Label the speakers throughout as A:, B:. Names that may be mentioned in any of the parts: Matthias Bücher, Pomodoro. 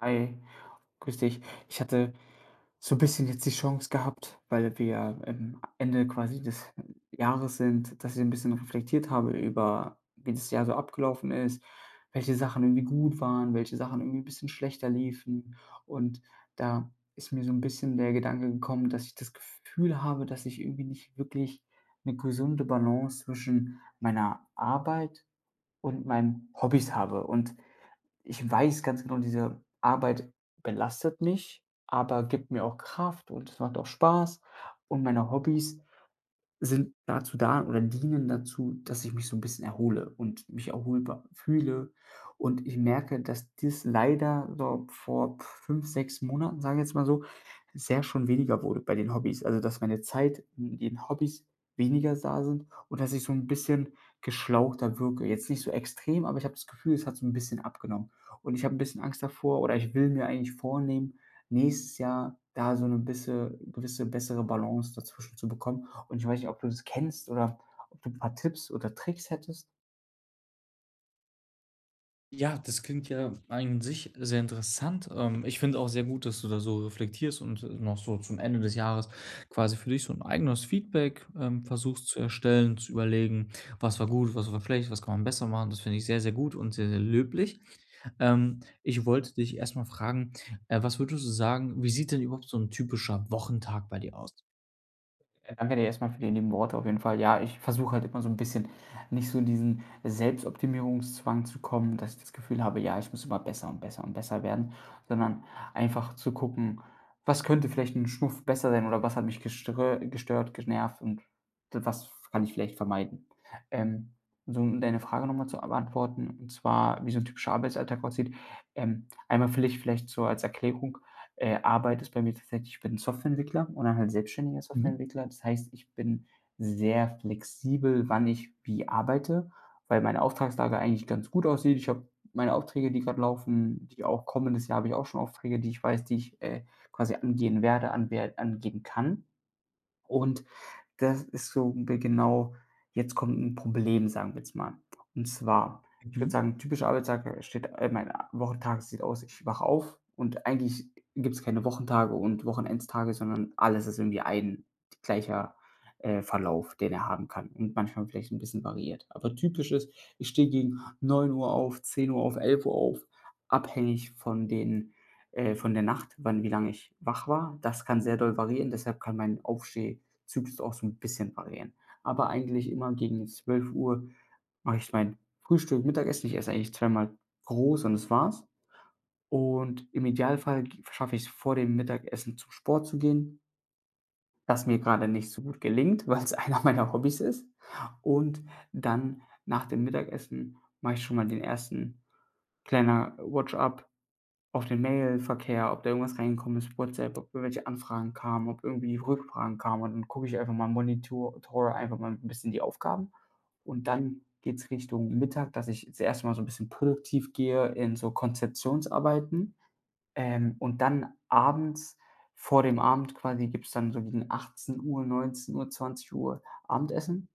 A: Hi, grüß dich. Ich hatte so ein bisschen jetzt die Chance gehabt, weil wir, Ende quasi des Jahres sind, dass ich so ein bisschen reflektiert habe über, wie das Jahr so abgelaufen ist, welche Sachen irgendwie gut waren, welche Sachen irgendwie ein bisschen schlechter liefen. Und da ist mir so ein bisschen der Gedanke gekommen, dass ich das Gefühl habe, dass ich irgendwie nicht wirklich eine gesunde Balance zwischen meiner Arbeit und meinen Hobbys habe. Und ich weiß ganz genau, diese Arbeit belastet mich, aber gibt mir auch Kraft und es macht auch Spaß, und meine Hobbys sind dazu da oder dienen dazu, dass ich mich so ein bisschen erhole und mich erholbar fühle. Und ich merke, dass dies leider so vor 5, 6 Monaten, sage ich jetzt mal so, sehr schon weniger wurde bei den Hobbys. Also, dass meine Zeit in den Hobbys weniger da sind und dass ich so ein bisschen geschlauchter wirke. Jetzt nicht so extrem, aber ich habe das Gefühl, es hat so ein bisschen abgenommen. Und ich habe ein bisschen Angst davor, oder ich will mir eigentlich vornehmen, nächstes Jahr da so eine bisse gewisse bessere Balance dazwischen zu bekommen, und ich weiß nicht, ob du das kennst oder ob du ein paar Tipps oder Tricks hättest?
B: Ja, das klingt ja an sich sehr interessant. Ich finde auch sehr gut, dass du da so reflektierst und noch so zum Ende des Jahres quasi für dich so ein eigenes Feedback, versuchst zu erstellen, zu überlegen: „Was war gut, was war schlecht, was kann man besser machen?“ Das finde ich sehr, sehr gut und sehr, sehr löblich. Ich wollte dich erstmal fragen, was würdest du sagen, wie sieht denn überhaupt so ein typischer Wochentag bei dir aus?
A: Danke dir erstmal für die lieben Worte auf jeden Fall. Ja, ich versuche halt immer so ein bisschen nicht so in diesen Selbstoptimierungszwang zu kommen, dass ich das Gefühl habe: „Ja, ich muss immer besser und besser und besser werden", sondern einfach zu gucken: „Was könnte vielleicht ein Schnuff besser sein, oder was hat mich geströ gestört, genervt, und was kann ich vielleicht vermeiden?" Ähm, so um deine Frage nochmal zu beantworten, und zwar, wie so ein typischer Arbeitsalltag aussieht. Einmal vielleicht so als Erklärung. Arbeit ist bei mir tatsächlich, ich bin Softwareentwickler, und dann halt selbstständiger
B: Mhm,
A: Softwareentwickler. Das heißt, ich bin sehr flexibel, wann ich wie arbeite, weil meine Auftragslage eigentlich ganz gut aussieht. Ich habe meine Aufträge, die gerade laufen, die auch kommendes Jahr, habe ich auch schon Aufträge, die ich weiß, die ich, quasi angehen werde, anwer angehen kann. Und das ist so genau, jetzt kommt ein Problem, sagen wir jetzt mal. Und zwar, ich würde
B: mhm.
A: sagen, typischer Arbeitstag, steht, mein Wochentag sieht aus, ich wache auf, und eigentlich gibt es keine Wochentage und Wochenendtage, sondern alles ist irgendwie ein gleicher, Verlauf, den er haben kann, und manchmal vielleicht ein bisschen variiert. Aber typisch ist, ich stehe gegen 9 Uhr auf, 10 Uhr auf, 11 Uhr auf, abhängig von den, von der Nacht, wann wie lange ich wach war. Das kann sehr doll variieren, deshalb kann mein Aufsteh Zyklus auch so ein bisschen variieren. Aber eigentlich immer gegen 12 Uhr mache ich mein Frühstück, Mittagessen. Ich esse eigentlich zweimal groß und das war's. Und im Idealfall schaffe ich es vor dem Mittagessen zum Sport zu gehen, das mir gerade nicht so gut gelingt, weil es einer meiner Hobbys ist. Und dann nach dem Mittagessen mache ich schon mal den ersten kleiner Watch-up auf den Mailverkehr, ob da irgendwas reingekommen ist, WhatsApp, ob irgendwelche Anfragen kamen, ob irgendwie Rückfragen kamen, und dann gucke ich einfach mal im Monitor tore einfach mal ein bisschen die Aufgaben, und dann geht's Richtung Mittag, dass ich das erste Mal so ein bisschen produktiv gehe in so Konzeptionsarbeiten, und dann abends vor dem Abend quasi gibt's dann so gegen 18 Uhr, 19:00, Uhr 20 Uhr Abendessen.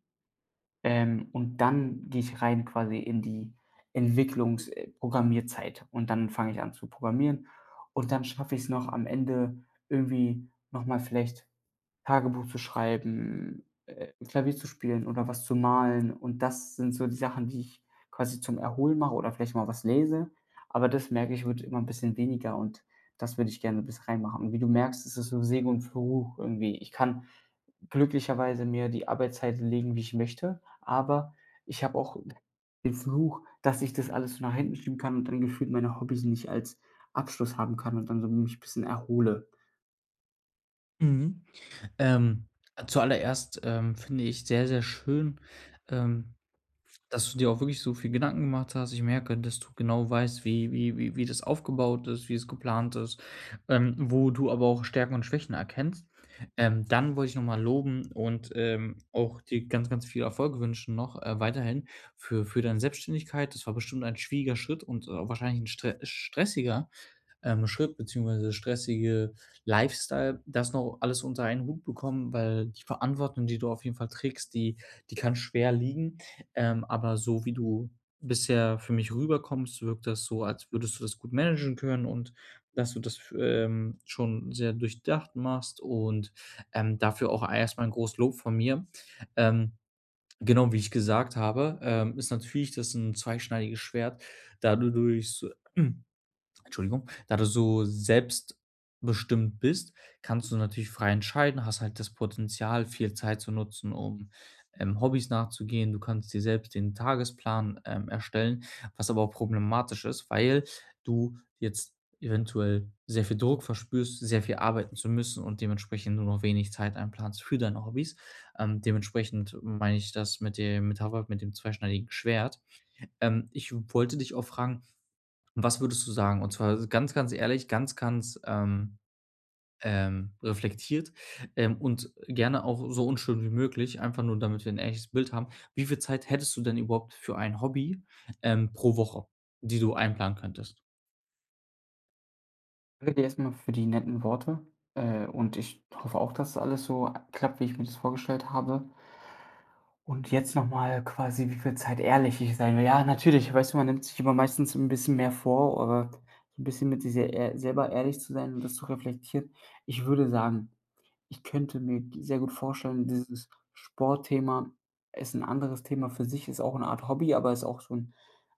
A: Und dann gehe ich rein quasi in die Entwicklungsprogrammierzeit, und dann fange ich an zu programmieren, und dann schaffe ich es noch am Ende irgendwie noch mal vielleicht Tagebuch zu schreiben, Klavier zu spielen oder was zu malen, und das sind so die Sachen, die ich quasi zum Erholen mache, oder vielleicht mal was lese, aber das merke ich, wird immer ein bisschen weniger, und das würde ich gerne bis reinmachen. Und wie du merkst, ist es so Segen und Fluch irgendwie. Ich kann glücklicherweise mir die Arbeitszeit legen, wie ich möchte, aber ich habe auch den Fluch, dass ich das alles so nach hinten schieben kann und dann gefühlt meine Hobbys nicht als Abschluss haben kann und dann so mich ein bisschen erhole.
B: Mhm. Ähm, Zuallererst, finde ich sehr, sehr schön, ähm dass du dir auch wirklich so viel Gedanken gemacht hast. Ich merke, dass du genau weißt, wie das aufgebaut ist, wie es geplant ist, wo du aber auch Stärken und Schwächen erkennst. Dann wollte ich noch mal loben und, auch dir ganz, ganz viel Erfolg wünschen noch, weiterhin für deine Selbstständigkeit. Das war bestimmt ein schwieriger Schritt und, wahrscheinlich ein stressiger, Schritt beziehungsweise stressige Lifestyle, das noch alles unter einen Hut bekommen, weil die Verantwortung, die du auf jeden Fall trägst, die kann schwer liegen. Aber so wie du bisher für mich rüberkommst, wirkt das so, als würdest du das gut managen können und dass du das, schon sehr durchdacht machst und, dafür auch erstmal ein großes Lob von mir. Ähm, genau wie ich gesagt habe, ist natürlich das ein zweischneidiges Schwert, da du durchs Entschuldigung, da du so selbstbestimmt bist, kannst du natürlich frei entscheiden, hast halt das Potenzial, viel Zeit zu nutzen, um, Hobbys nachzugehen. Du kannst dir selbst den Tagesplan, erstellen, was aber auch problematisch ist, weil du jetzt eventuell sehr viel Druck verspürst, sehr viel arbeiten zu müssen und dementsprechend nur noch wenig Zeit einplanst für deine Hobbys. Dementsprechend meine ich das mit der Metapher mit dem zweischneidigen Schwert. Ich wollte dich auch fragen, und was würdest du sagen? Und zwar ganz, ganz ehrlich, ganz, ganz, reflektiert, und gerne auch so unschön wie möglich, einfach nur, damit wir ein ehrliches Bild haben. Wie viel Zeit hättest du denn überhaupt für ein Hobby, pro Woche, die du einplanen könntest?
A: Danke dir erst für die netten Worte, und ich hoffe auch, dass alles so klappt, wie ich mir das vorgestellt habe. Und jetzt nochmal quasi, wie viel Zeit ehrlich ich sein will. Ja, natürlich, weißt du, man nimmt sich immer meistens ein bisschen mehr vor, aber so 'n bisschen mit sich sehr selber ehrlich zu sein und das zu reflektieren. Ich würde sagen, ich könnte mir sehr gut vorstellen, dieses Sportthema ist ein anderes Thema für sich, ist auch eine Art Hobby, aber ist auch so 'n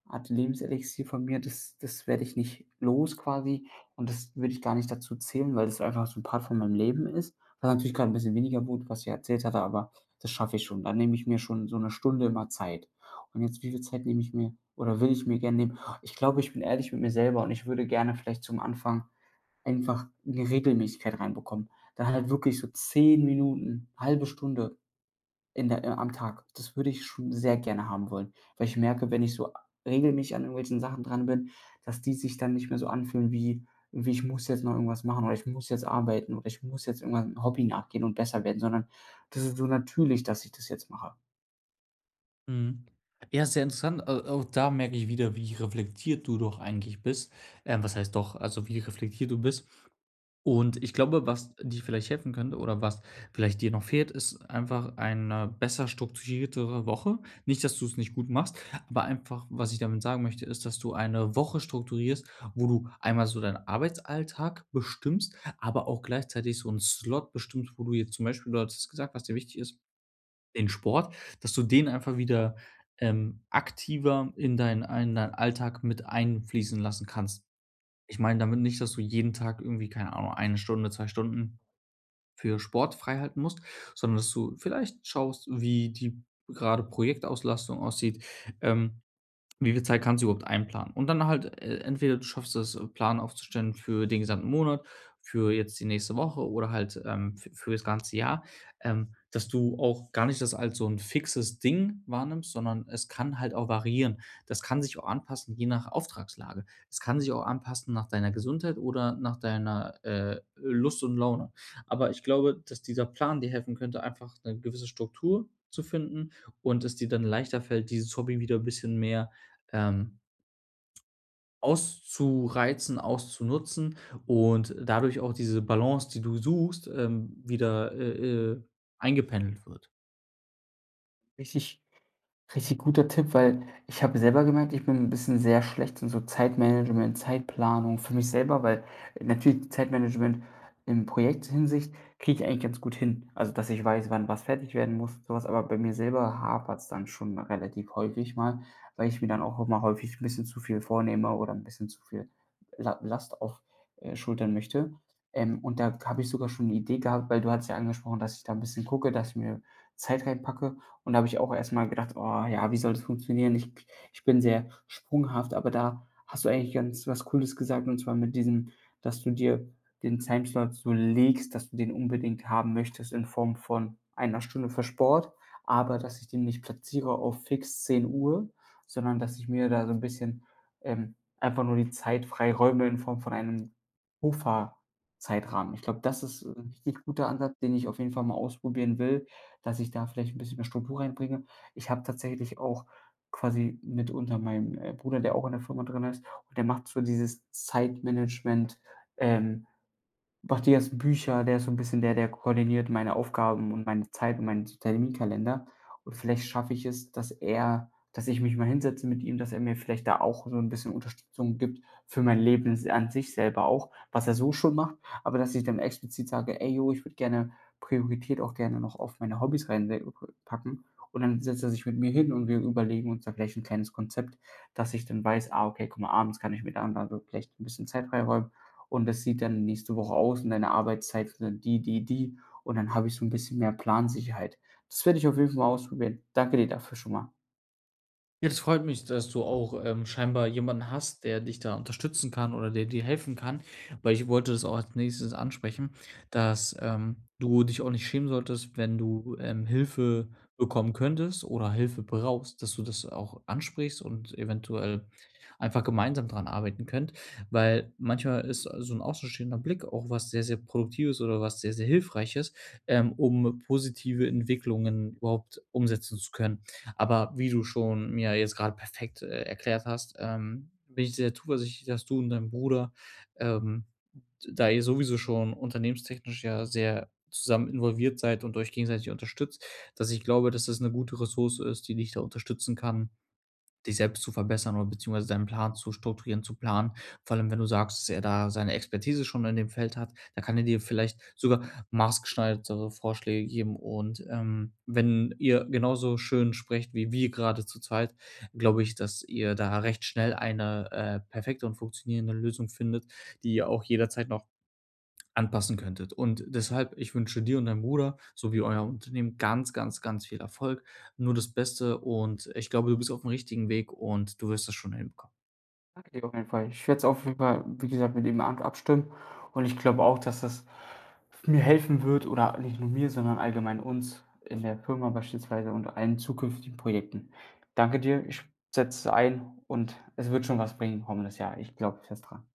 A: Art Lebenselixier von mir. Das werde ich nicht los quasi, und das würde ich gar nicht dazu zählen, weil das einfach so ein Part von meinem Leben ist. Was natürlich gerade ein bisschen weniger wurde, was ich ja erzählt hatte, aber das schaffe ich schon. Dann nehme ich mir schon so 1 Stunde immer Zeit. Und jetzt wie viel Zeit nehme ich mir oder will ich mir gerne nehmen? Ich glaube, ich bin ehrlich mit mir selber, und ich würde gerne vielleicht zum Anfang einfach 'ne Regelmäßigkeit reinbekommen. Dann halt wirklich so 10 Minuten, halbe Stunde in der, am Tag. Das würde ich schon sehr gerne haben wollen, weil ich merke, wenn ich so regelmäßig an irgendwelchen Sachen dran bin, dass die sich dann nicht mehr so anfühlen wie wie: „Ich muss jetzt noch irgendwas machen" oder „Ich muss jetzt arbeiten" oder „Ich muss jetzt irgendwas 'n Hobby nachgehen und besser werden", sondern das ist so natürlich, dass ich das jetzt mache.
B: Mhm. Ja, sehr interessant. Au Auch da merke ich wieder, wie reflektiert du doch eigentlich bist. Was heißt doch, also wie reflektiert du bist. Und ich glaube, was dir vielleicht helfen könnte oder was vielleicht dir noch fehlt, ist einfach eine besser strukturiertere Woche. Nicht, dass du es nicht gut machst, aber einfach, was ich damit sagen möchte, ist, dass du eine Woche strukturierst, wo du einmal so deinen Arbeitsalltag bestimmst, aber auch gleichzeitig so einen Slot bestimmst, wo du jetzt zum Beispiel du hattest gesagt, was dir wichtig ist, den Sport, dass du den einfach wieder, aktiver in deinen Alltag mit einfließen lassen kannst. Ich meine damit nicht, dass du jeden Tag irgendwie, keine Ahnung, eine Stunde, 2 Stunden für Sport freihalten musst, sondern dass du vielleicht schaust, wie die gerade Projektauslastung aussieht. Ähm, Wie viel Zeit kannst du überhaupt einplanen? Und dann halt, entweder du schaffst es, Plan aufzustellen für den gesamten Monat, für jetzt die nächste Woche oder halt, f für das ganze Jahr, dass du auch gar nicht das als so ein fixes Ding wahrnimmst, sondern es kann halt auch variieren. Das kann sich auch anpassen, je nach Auftragslage. Es kann sich auch anpassen nach deiner Gesundheit oder nach deiner, Lust und Laune. Aber ich glaube, dass dieser Plan dir helfen könnte, einfach eine gewisse Struktur zu finden und es dir dann leichter fällt, dieses Hobby wieder ein bisschen mehr ähm, auszureizen, auszunutzen und dadurch auch diese Balance, die du suchst, wieder, eingependelt wird.
A: Richtig Richtig guter Tipp, weil ich habe selber gemerkt, ich bin ein bisschen sehr schlecht in so Zeitmanagement, Zeitplanung für mich selber, weil natürlich Zeitmanagement in Projekthinsicht kriege ich eigentlich ganz gut hin. Also, dass ich weiß, wann was fertig werden muss, sowas. Aber bei mir selber hapert's dann schon relativ häufig mal, weil ich mir dann auch immer häufig ein bisschen zu viel vornehme oder ein bisschen zu viel La Last auf, schultern möchte. Und da habe ich sogar schon eine Idee gehabt, weil du hast ja angesprochen, dass ich da ein bisschen gucke, dass ich mir Zeit reinpacke. Und da habe ich auch erst mal gedacht: „Oh ja, wie soll das funktionieren?" Ich bin sehr sprunghaft, aber da hast du eigentlich ganz was Cooles gesagt, und zwar mit diesem, dass du dir den Timeslot so legst, dass du den unbedingt haben möchtest in Form von 1 Stunde für Sport, aber dass ich den nicht platziere auf fix 10 Uhr, sondern dass ich mir da so ein bisschen, einfach nur die Zeit freiräume in Form von einem Puffer-Zeitrahmen. Ich glaube, das ist ein richtig guter Ansatz, den ich auf jeden Fall mal ausprobieren will, dass ich da vielleicht ein bisschen mehr Struktur reinbringe. Ich habe tatsächlich auch quasi mit unter meinem, Bruder, der auch in der Firma drin ist und der macht so dieses Zeitmanagement, ähm Matthias Bücher, der ist so ein bisschen der, der koordiniert meine Aufgaben und meine Zeit und meinen Terminkalender. Und vielleicht schaffe ich es, dass er, dass ich mich mal hinsetze mit ihm, dass er mir vielleicht da auch so ein bisschen Unterstützung gibt für mein Leben an sich selber auch, was er so schon macht, aber dass ich dann explizit sage: „Ey jo, ich würde gerne Priorität auch gerne noch auf meine Hobbys reinpacken." Und dann setzt er sich mit mir hin und wir überlegen uns da vielleicht ein kleines Konzept, dass ich dann weiß: „Ah, okay, guck mal, abends kann ich mir dann da so vielleicht ein bisschen Zeit freiräumen und das sieht dann nächste Woche aus und deine Arbeitszeit sind dann die, die, die", und dann habe ich so ein bisschen mehr Plansicherheit. Das werde ich auf jeden Fall mal ausprobieren. Danke dir dafür schon mal.
B: Ja, das freut mich, dass du auch, scheinbar jemanden hast, der dich da unterstützen kann oder der dir helfen kann, weil ich wollte das auch als Nächstes ansprechen, dass, du dich auch nicht schämen solltest, wenn du, Hilfe bekommen könntest oder Hilfe brauchst, dass du das auch ansprichst und eventuell einfach gemeinsam dran arbeiten könnt, weil manchmal ist so ein außenstehender Blick auch was sehr, sehr Produktives oder was sehr, sehr Hilfreiches, um positive Entwicklungen überhaupt umsetzen zu können. Aber wie du schon mir jetzt gerade perfekt, erklärt hast, bin ich sehr zuversichtlich, dass du und dein Bruder, ähm, da ihr sowieso schon unternehmenstechnisch ja sehr zusammen involviert seid und euch gegenseitig unterstützt, dass ich glaube, dass das eine gute Ressource ist, die dich da unterstützen kann, dich selbst zu verbessern oder beziehungsweise deinen Plan zu strukturieren, zu planen. Vor allem, wenn du sagst, dass er da seine Expertise schon in dem Feld hat, da kann er dir vielleicht sogar maßgeschneidertere Vorschläge geben. Und wenn ihr genauso schön sprecht wie wir gerade zu zweit, glaube ich, dass ihr da recht schnell eine perfekte und funktionierende Lösung findet, die ihr auch jederzeit noch anpassen könntet. Und deshalb, ich wünsche dir und deinem Bruder sowie euer Unternehmen ganz, ganz, ganz viel Erfolg. Nur das Beste und ich glaube, du bist auf dem richtigen Weg und du wirst das schon hinbekommen.
A: Danke dir auf jeden Fall. Ich werde es auf jeden Fall, wie gesagt, mit ihm ab abstimmen, und ich glaube auch, dass das mir helfen wird oder nicht nur mir, sondern allgemein uns in der Firma beispielsweise und allen zukünftigen Projekten. Danke dir, ich setze es ein und es wird schon was bringen kommendes Jahr. Ich glaube fest dran.